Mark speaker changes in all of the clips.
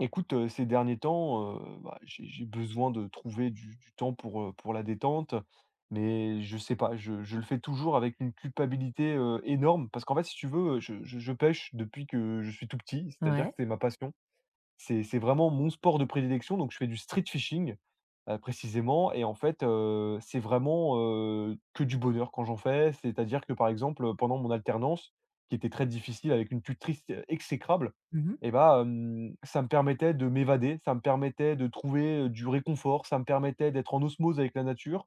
Speaker 1: Écoute, ces derniers temps, bah, j'ai besoin de trouver du temps pour la détente, mais je sais pas, je le fais toujours avec une culpabilité, énorme parce qu'en fait, si tu veux, je pêche depuis que je suis tout petit, c'est-à-dire que
Speaker 2: Ouais.
Speaker 1: c'est ma passion. C'est vraiment mon sport de prédilection, donc je fais du street fishing, précisément. Et en fait, c'est vraiment, que du bonheur quand j'en fais. C'est-à-dire que, par exemple, pendant mon alternance, qui était très difficile avec une tutrice exécrable.
Speaker 2: Mmh.
Speaker 1: Et bah, ça me permettait de m'évader, ça me permettait de trouver, du réconfort, ça me permettait d'être en osmose avec la nature.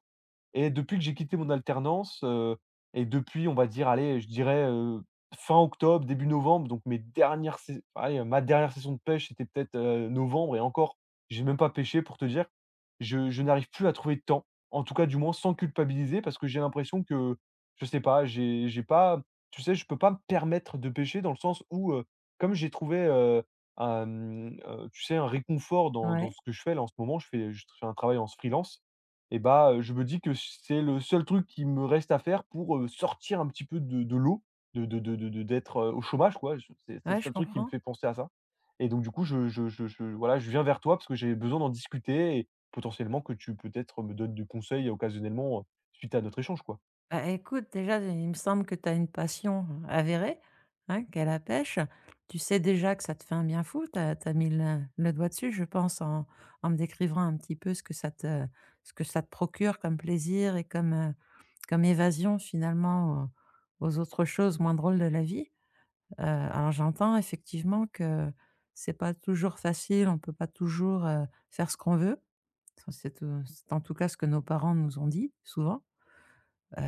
Speaker 1: Et depuis que j'ai quitté mon alternance, et depuis, on va dire, allez, je dirais, fin octobre, début novembre, donc mes dernières sais allez, ma dernière session de pêche, c'était peut-être, novembre. Et encore, j'ai même pas pêché pour te dire. Je n'arrive plus à trouver de temps, en tout cas, du moins sans culpabiliser parce que j'ai l'impression que, je sais pas, j'ai pas, tu sais, je peux pas me permettre de pêcher dans le sens où, comme j'ai trouvé, un, tu sais, un réconfort dans
Speaker 2: Ouais.
Speaker 1: ce que je fais là, en ce moment, je fais un travail en freelance. Et bah, je me dis que c'est le seul truc qui me reste à faire pour, sortir un petit peu de l'eau, de d'être, au chômage, quoi. Je c'est le
Speaker 2: Ouais, je Ouais.
Speaker 1: seul truc qui me
Speaker 2: comprends.
Speaker 1: fait penser à ça. Et donc du coup, je voilà, je viens vers toi parce que j'ai besoin d'en discuter et potentiellement que tu peut-être me donnes des conseils occasionnellement, suite à notre échange, quoi.
Speaker 2: Bah, écoute, déjà, il me semble que tu as une passion avérée, hein, qu'est la pêche. Tu sais déjà que ça te fait un bien fou. Tu as mis le doigt dessus, je pense, en en me décrivant un petit peu ce que ça te ce que ça te procure comme plaisir et comme, comme évasion finalement aux autres choses moins drôles de la vie. Alors j'entends effectivement que c'est pas toujours facile, on peut pas toujours, faire ce qu'on veut. Ça, c'est en tout cas ce que nos parents nous ont dit souvent. Heu,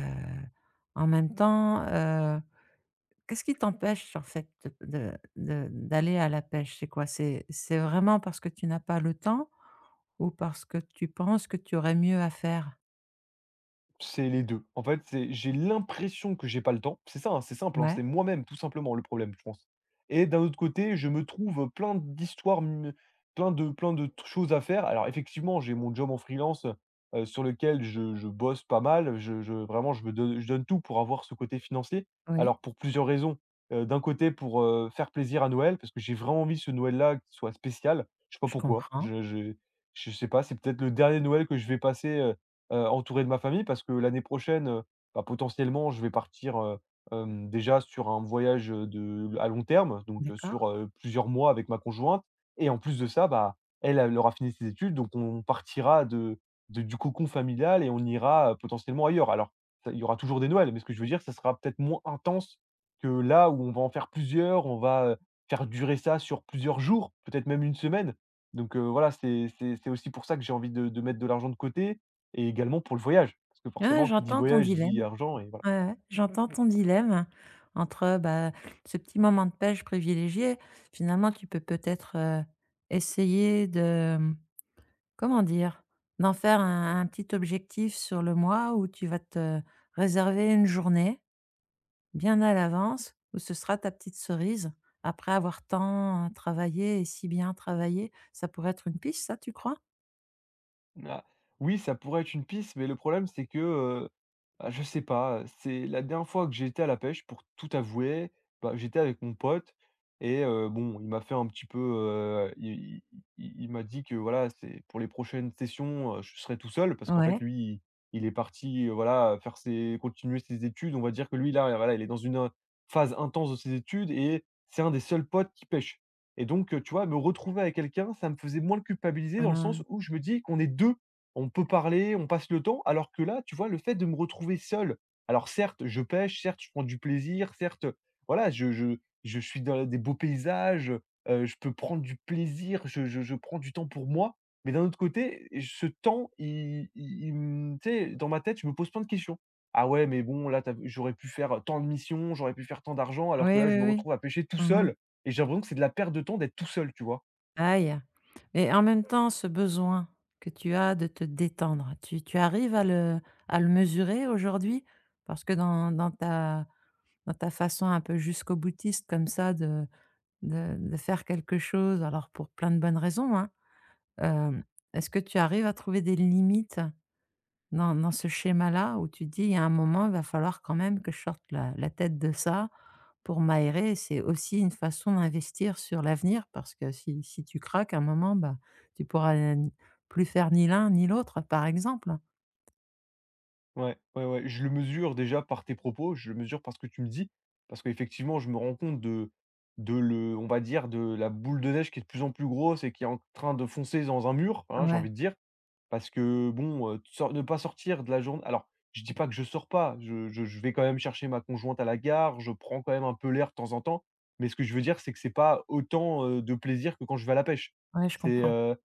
Speaker 2: En même temps, qu'est-ce qui t'empêche en fait de d'aller à la pêche? C'est quoi? C'est vraiment parce que tu n'as pas le temps ou parce que tu penses que tu aurais mieux à faire?
Speaker 1: C'est les deux. En fait, c'est j'ai l'impression que j'ai pas le temps. C'est ça, hein, c'est simple, hein, c'est
Speaker 2: Ouais,
Speaker 1: moi-même tout simplement le problème, je pense. Et d'un autre côté, je me trouve plein d'histoires, plein de t choses à faire. Alors effectivement, j'ai mon job en freelance, sur lequel je bosse pas mal. Je vraiment, je donne tout pour avoir ce côté financier.
Speaker 2: oui,
Speaker 1: Alors pour plusieurs raisons. D'un côté pour, faire plaisir à Noël, parce que j'ai vraiment envie ce Noël-là qu'il soit spécial. Je sais pas
Speaker 2: je
Speaker 1: pourquoi.
Speaker 2: comprends,
Speaker 1: Je sais pas, c'est peut-être le dernier Noël que je vais passer, entouré de ma famille parce que l'année prochaine, bah, potentiellement, je vais partir, déjà sur un voyage, de à long terme, donc
Speaker 2: d'accord.
Speaker 1: sur, plusieurs mois avec ma conjointe. Et en plus de ça, bah, elle, elle aura fini ses études, donc on partira de du cocon familial et on ira, potentiellement ailleurs. Alors, ça il y aura toujours des Noëls, mais ce que je veux dire, ça sera peut-être moins intense que là où on va en faire plusieurs, on va, faire durer ça sur plusieurs jours, peut-être même une semaine, donc voilà, c'est aussi pour ça que j'ai envie de mettre de l'argent de côté et également pour le voyage, parce que
Speaker 2: Ouais,
Speaker 1: forcément qui dit
Speaker 2: j'entends ton
Speaker 1: voyage dit
Speaker 2: dilemme.
Speaker 1: argent et voilà.
Speaker 2: Ouais, ouais, j'entends ton dilemme entre, bah, ce petit moment de pêche privilégié. Finalement, tu peux peut-être, essayer de Comment dire? D'en faire un petit objectif sur le mois où tu vas te réserver une journée bien à l'avance, où ce sera ta petite cerise après avoir tant, hein, travaillé et si bien travaillé. Ça pourrait être une piste ça, tu crois?
Speaker 1: Na Oui, ça pourrait être une piste, mais le problème c'est que, ah je sais pas, c'est la dernière fois que j'étais à la pêche pour tout avouer, bah, j'étais avec mon pote. Et bon, il m'a fait un petit peu, i i il m'a dit que voilà, c'est pour les prochaines sessions, je serai tout seul parce qu'en fait
Speaker 2: Ouais,
Speaker 1: lui, il est parti, voilà, faire ses continuer ses études. On va dire que lui là, voilà, il est dans une, phase intense de ses études et c'est un des seuls potes qui pêche. Et donc, tu vois, me retrouver avec quelqu'un, ça me faisait moins le culpabiliser dans le
Speaker 2: heu,
Speaker 1: sens où je me dis qu'on est 2, on peut parler, on passe le temps. Alors que là, tu vois, le fait de me retrouver seul, alors certes, je pêche, certes, je prends du plaisir, certes, voilà, je suis dans des beaux paysages, je peux prendre du plaisir, je prends du temps pour moi. Mais d'un autre côté, ce temps, il me tu sais, dans ma tête, je me pose plein de questions. Ah ouais, mais bon, là, tu j'aurais pu faire tant de missions, j'aurais pu faire tant d'argent, alors que
Speaker 2: oui,
Speaker 1: là, je
Speaker 2: oui,
Speaker 1: me
Speaker 2: oui.
Speaker 1: retrouve à pêcher tout
Speaker 2: Mmh.
Speaker 1: seul. Et j'ai l'impression que c'est de la perte de temps d'être tout seul, tu vois?
Speaker 2: Aïe! Et en même temps, ce besoin que tu as de te détendre, tu arrives à le mesurer aujourd'hui? Parce que dans ta façon un peu jusqu'au boutiste comme ça de faire quelque chose, alors pour plein de bonnes raisons, hein. Hem, Est-ce que tu arrives à trouver des limites dans ce schéma-là où tu te dis: «Il y a un moment, il va falloir quand même que je sorte la tête de ça pour m'aérer», c'est aussi une façon d'investir sur l'avenir parce que si tu craques à un moment, bah, tu pourras n plus faire ni l'un ni l'autre, par exemple?
Speaker 1: Ouais, ouais, ouais, je le mesure déjà par tes propos, je le mesure par ce que tu me dis, parce qu'effectivement, je me rends compte de le on va dire, de la boule de neige qui est de plus en plus grosse et qui est en train de foncer dans un mur, hein, j'ai
Speaker 2: Ouais,
Speaker 1: envie de dire. Parce que bon, sor ne pas sortir de la journée. Alors, je dis pas que je sors pas, je vais quand même chercher ma conjointe à la gare, je prends quand même un peu l'air de temps en temps, mais ce que je veux dire, c'est que c'est pas autant, de plaisir que quand je vais à la pêche.
Speaker 2: ouais, je
Speaker 1: C'est,
Speaker 2: comprends.
Speaker 1: heu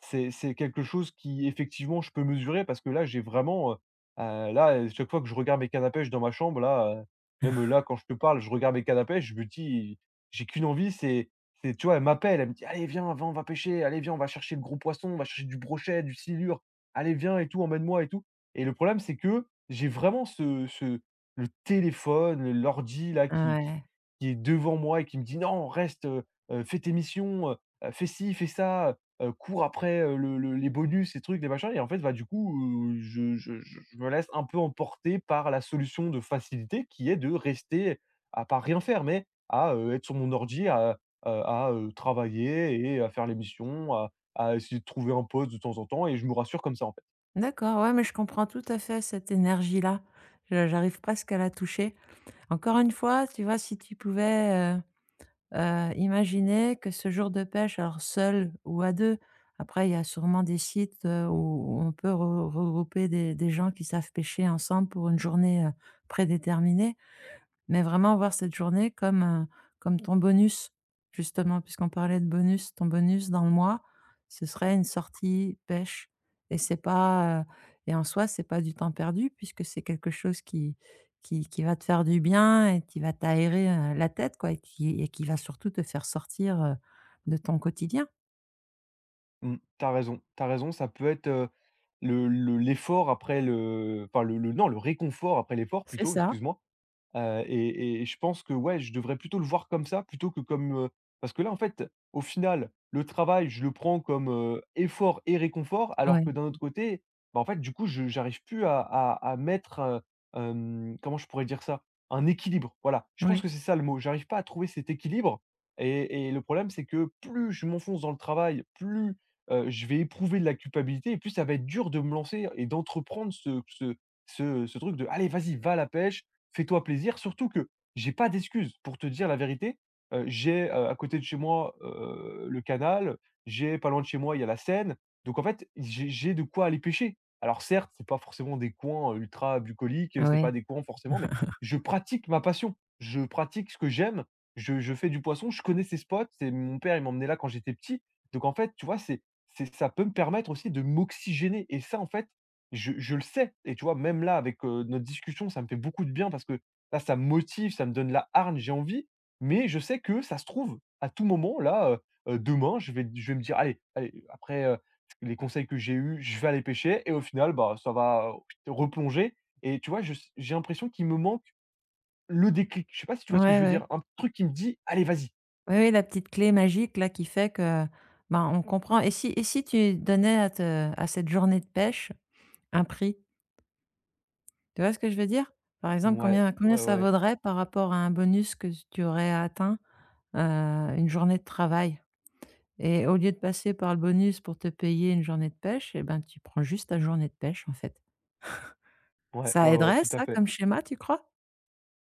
Speaker 1: c'est quelque chose qui effectivement je peux mesurer parce que là j'ai vraiment, là, chaque fois que je regarde mes cannes à pêche dans ma chambre là, même là quand je te parle, je regarde mes cannes à pêche, je me dis: «J'ai qu'une envie, c'est» tu vois? Elle m'appelle, elle me dit: «Allez viens, va on va pêcher, allez viens, on va chercher le gros poisson, on va chercher du brochet, du silure, allez viens et tout, emmène-moi et tout». Et le problème c'est que j'ai vraiment ce ce le téléphone, l'ordi là
Speaker 2: Ouais.
Speaker 1: qui est devant moi et qui me dit: «Non reste, fais tes missions, fais ci, fais ça, court après, le les bonus, ces trucs, les machins». Et en fait, bah, du coup, je me laisse un peu emporter par la solution de facilité qui est de rester à pas rien faire, mais à, être sur mon ordi, à, travailler et à faire les missions, à essayer de trouver un poste de temps en temps et je me rassure comme ça, en fait.
Speaker 2: D'accord, ouais, mais je comprends tout à fait cette énergie-là. Je j'arrive presque à la toucher. Encore une fois, tu vois, si tu pouvais, imaginer que ce jour de pêche, alors seul ou à 2, après il y a sûrement des sites, où on peut re regrouper des gens qui savent pêcher ensemble pour une journée, prédéterminée, mais vraiment voir cette journée comme, comme ton bonus, justement, puisqu'on parlait de bonus. Ton bonus dans le mois, ce serait une sortie pêche et c'est pas, et en soi, c'est pas du temps perdu puisque c'est quelque chose qui va te faire du bien et qui va t'aérer, la tête, quoi, et qui va surtout te faire sortir, de ton quotidien.
Speaker 1: Mmh, t'as raison, ça peut être, le l'effort après le enfin, le non, le réconfort après l'effort
Speaker 2: C'est
Speaker 1: plutôt,
Speaker 2: ça.
Speaker 1: excuse-moi. Et je pense que, ouais, je devrais plutôt le voir comme ça, plutôt que comme, parce que là, en fait, au final, le travail, je le prends comme, effort et réconfort, alors que
Speaker 2: Ouais,
Speaker 1: d'un autre côté, bah, en fait, du coup, je j'arrive plus à mettre, comment je pourrais dire ça? Un équilibre, voilà. Je
Speaker 2: ouais,
Speaker 1: pense
Speaker 2: ouais.
Speaker 1: que c'est ça le mot. J'arrive pas à trouver cet équilibre le problème, c'est que plus je m'enfonce dans le travail, plus, je vais éprouver de la culpabilité et plus ça va être dur de me lancer et d'entreprendre ce ce ce ce truc de: «Allez, vas-y, va à la pêche, fais-toi plaisir», surtout que j'ai pas d'excuses. Pour te dire la vérité, j'ai, à côté de chez moi, le canal, j'ai pas loin de chez moi, il y a la Seine. Donc en fait, j'ai de quoi aller pêcher. Alors certes, c'est pas forcément des coins, ultra bucoliques, c'est pas des coins forcément, mais je pratique ma passion. Je pratique ce que j'aime, je fais du poisson, je connais ces spots, c'est mon père, il m'emmenait là quand j'étais petit. Donc en fait, tu vois, c'est ça peut me permettre aussi de m'oxygéner et ça, en fait, je le sais et tu vois, même là avec, notre discussion, ça me fait beaucoup de bien parce que là, ça me motive, ça me donne la hargne, j'ai envie, mais je sais que ça se trouve, à tout moment là, demain, je vais me dire: «Allez, allez» après, les conseils que j'ai eus, je vais aller pêcher et au final, bah, ça va replonger. Et tu vois, je s j'ai l'impression qu'il me manque le déclic. Je sais pas si tu vois ce que je
Speaker 2: Ouais,
Speaker 1: veux
Speaker 2: ouais.
Speaker 1: dire? Un truc qui me dit: «Allez, vas-y».
Speaker 2: Oui, oui, la petite clé magique là qui fait que, ben, on comprend et si tu donnais à te à cette journée de pêche un prix? Tu vois ce que je veux dire? Par exemple,
Speaker 1: Ouais,
Speaker 2: combien
Speaker 1: ouais,
Speaker 2: ça
Speaker 1: ouais,
Speaker 2: vaudrait par rapport à un bonus que tu aurais atteint, une journée de travail? Et au lieu de passer par le bonus pour te payer une journée de pêche, eh ben, tu prends juste ta journée de pêche, en fait.
Speaker 1: ouais,
Speaker 2: Ça
Speaker 1: ouais, ouais,
Speaker 2: aiderait
Speaker 1: tout à
Speaker 2: ça
Speaker 1: fait.
Speaker 2: comme schéma, tu crois?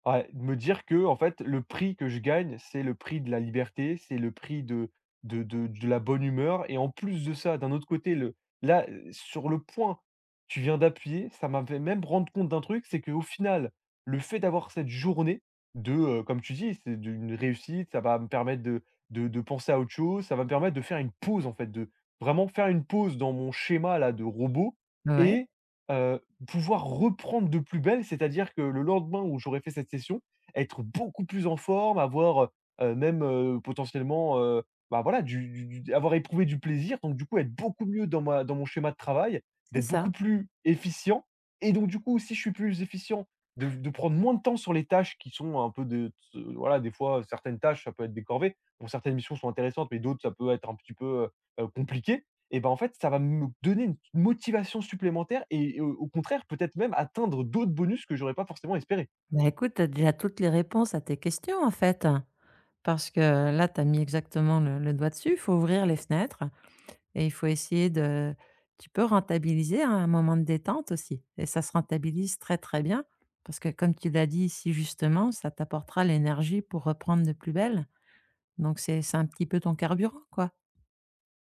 Speaker 1: Ouais, de me dire que, en fait, le prix que je gagne, c'est le prix de la liberté, c'est le prix de la bonne humeur et en plus de ça, d'un autre côté, le là, sur le point, tu viens d'appuyer, ça m'a fait même rendre compte d'un truc, c'est qu'au final, le fait d'avoir cette journée de, comme tu dis, c'est d'une réussite, ça va me permettre de penser à autre chose, ça va me permettre de faire une pause, en fait, de vraiment faire une pause dans mon schéma là de robot.
Speaker 2: Ouais,
Speaker 1: Et Heu, pouvoir reprendre de plus belle, c'est-à-dire que le lendemain où j'aurais fait cette session, être beaucoup plus en forme, avoir, même, potentiellement, bah, voilà, du avoir éprouvé du plaisir, donc du coup être beaucoup mieux dans ma dans mon schéma de travail,
Speaker 2: c'est
Speaker 1: d'être beaucoup
Speaker 2: ça.
Speaker 1: plus efficient et donc du coup, si je suis plus efficient, de prendre moins de temps sur les tâches qui sont un peu de t voilà, des fois, certaines tâches, ça peut être des corvées. Bon, certaines missions sont intéressantes, mais d'autres, ça peut être un petit peu, compliqué. Et ben en fait, ça va me donner une motivation supplémentaire et au contraire, peut-être même atteindre d'autres bonus que j'aurais pas forcément espéré.
Speaker 2: Bah, écoute, tu as déjà toutes les réponses à tes questions, en fait, parce que là, tu as mis exactement le doigt dessus. Il faut ouvrir les fenêtres. Et il faut essayer de tu peux rentabiliser, hein, un moment de détente aussi, et ça se rentabilise très, très bien parce que comme tu l'as dit ici justement, ça t'apportera l'énergie pour reprendre de plus belle. Donc c'est un petit peu ton carburant, quoi.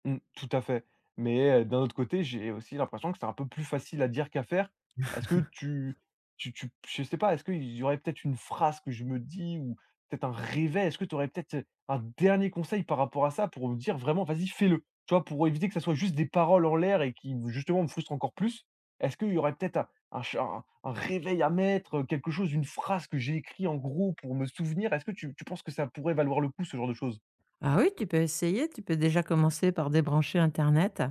Speaker 1: Mmh, tout à fait. Mais d'un autre côté, j'ai aussi l'impression que c'est un peu plus facile à dire qu'à faire. Est-ce que tu tu tu Je sais pas, est-ce qu'il y aurait peut-être une phrase que je me dis ou peut-être un réveil? Est-ce que tu aurais peut-être, un dernier conseil par rapport à ça pour me dire vraiment: «Vas-y, fais-le»? Tu vois? Pour éviter que ça soit juste des paroles en l'air et qui, justement, me frustrent encore plus. Est-ce qu'il y aurait peut-être un ch un réveil à mettre, quelque chose, une phrase que j'ai écrit en gros pour me souvenir? Est-ce que tu penses que ça pourrait valoir le coup, ce genre de choses?
Speaker 2: Ah oui, tu peux essayer, tu peux déjà commencer par débrancher internet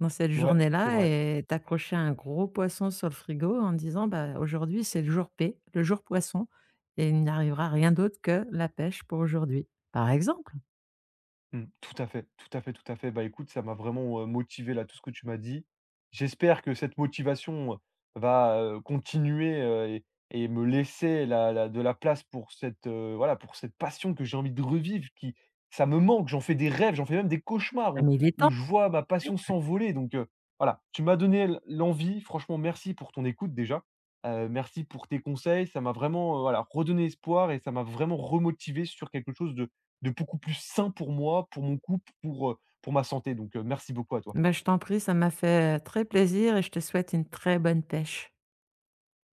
Speaker 2: dans cette
Speaker 1: Ouais, c'est
Speaker 2: journée-là
Speaker 1: vrai.
Speaker 2: et t'accrocher un gros poisson sur le frigo en disant: «Bah, aujourd'hui, c'est le jour P, le jour poisson et il n'arrivera rien d'autre que la pêche pour aujourd'hui», par exemple.
Speaker 1: Mmh. Tout à fait, tout à fait, tout à fait. Bah, écoute, ça m'a vraiment, motivé là, tout ce que tu m'as dit. J'espère que cette motivation va, continuer, et me laisser la la de la place pour cette, voilà, pour cette passion que j'ai envie de revivre qui ça me manque, j'en fais des rêves, j'en fais même des cauchemars
Speaker 2: Ah mais il est temps!
Speaker 1: où je vois ma passion s'envoler, donc voilà, tu m'as donné l'envie. Franchement, merci pour ton écoute déjà. Merci pour tes conseils. Ça m'a vraiment, voilà, redonné espoir et ça m'a vraiment remotivé sur quelque chose de beaucoup plus sain pour moi, pour mon couple, pour ma santé. Donc, merci beaucoup à toi.
Speaker 2: Bah, je t'en prie, ça m'a fait, très plaisir et je te souhaite une très bonne pêche.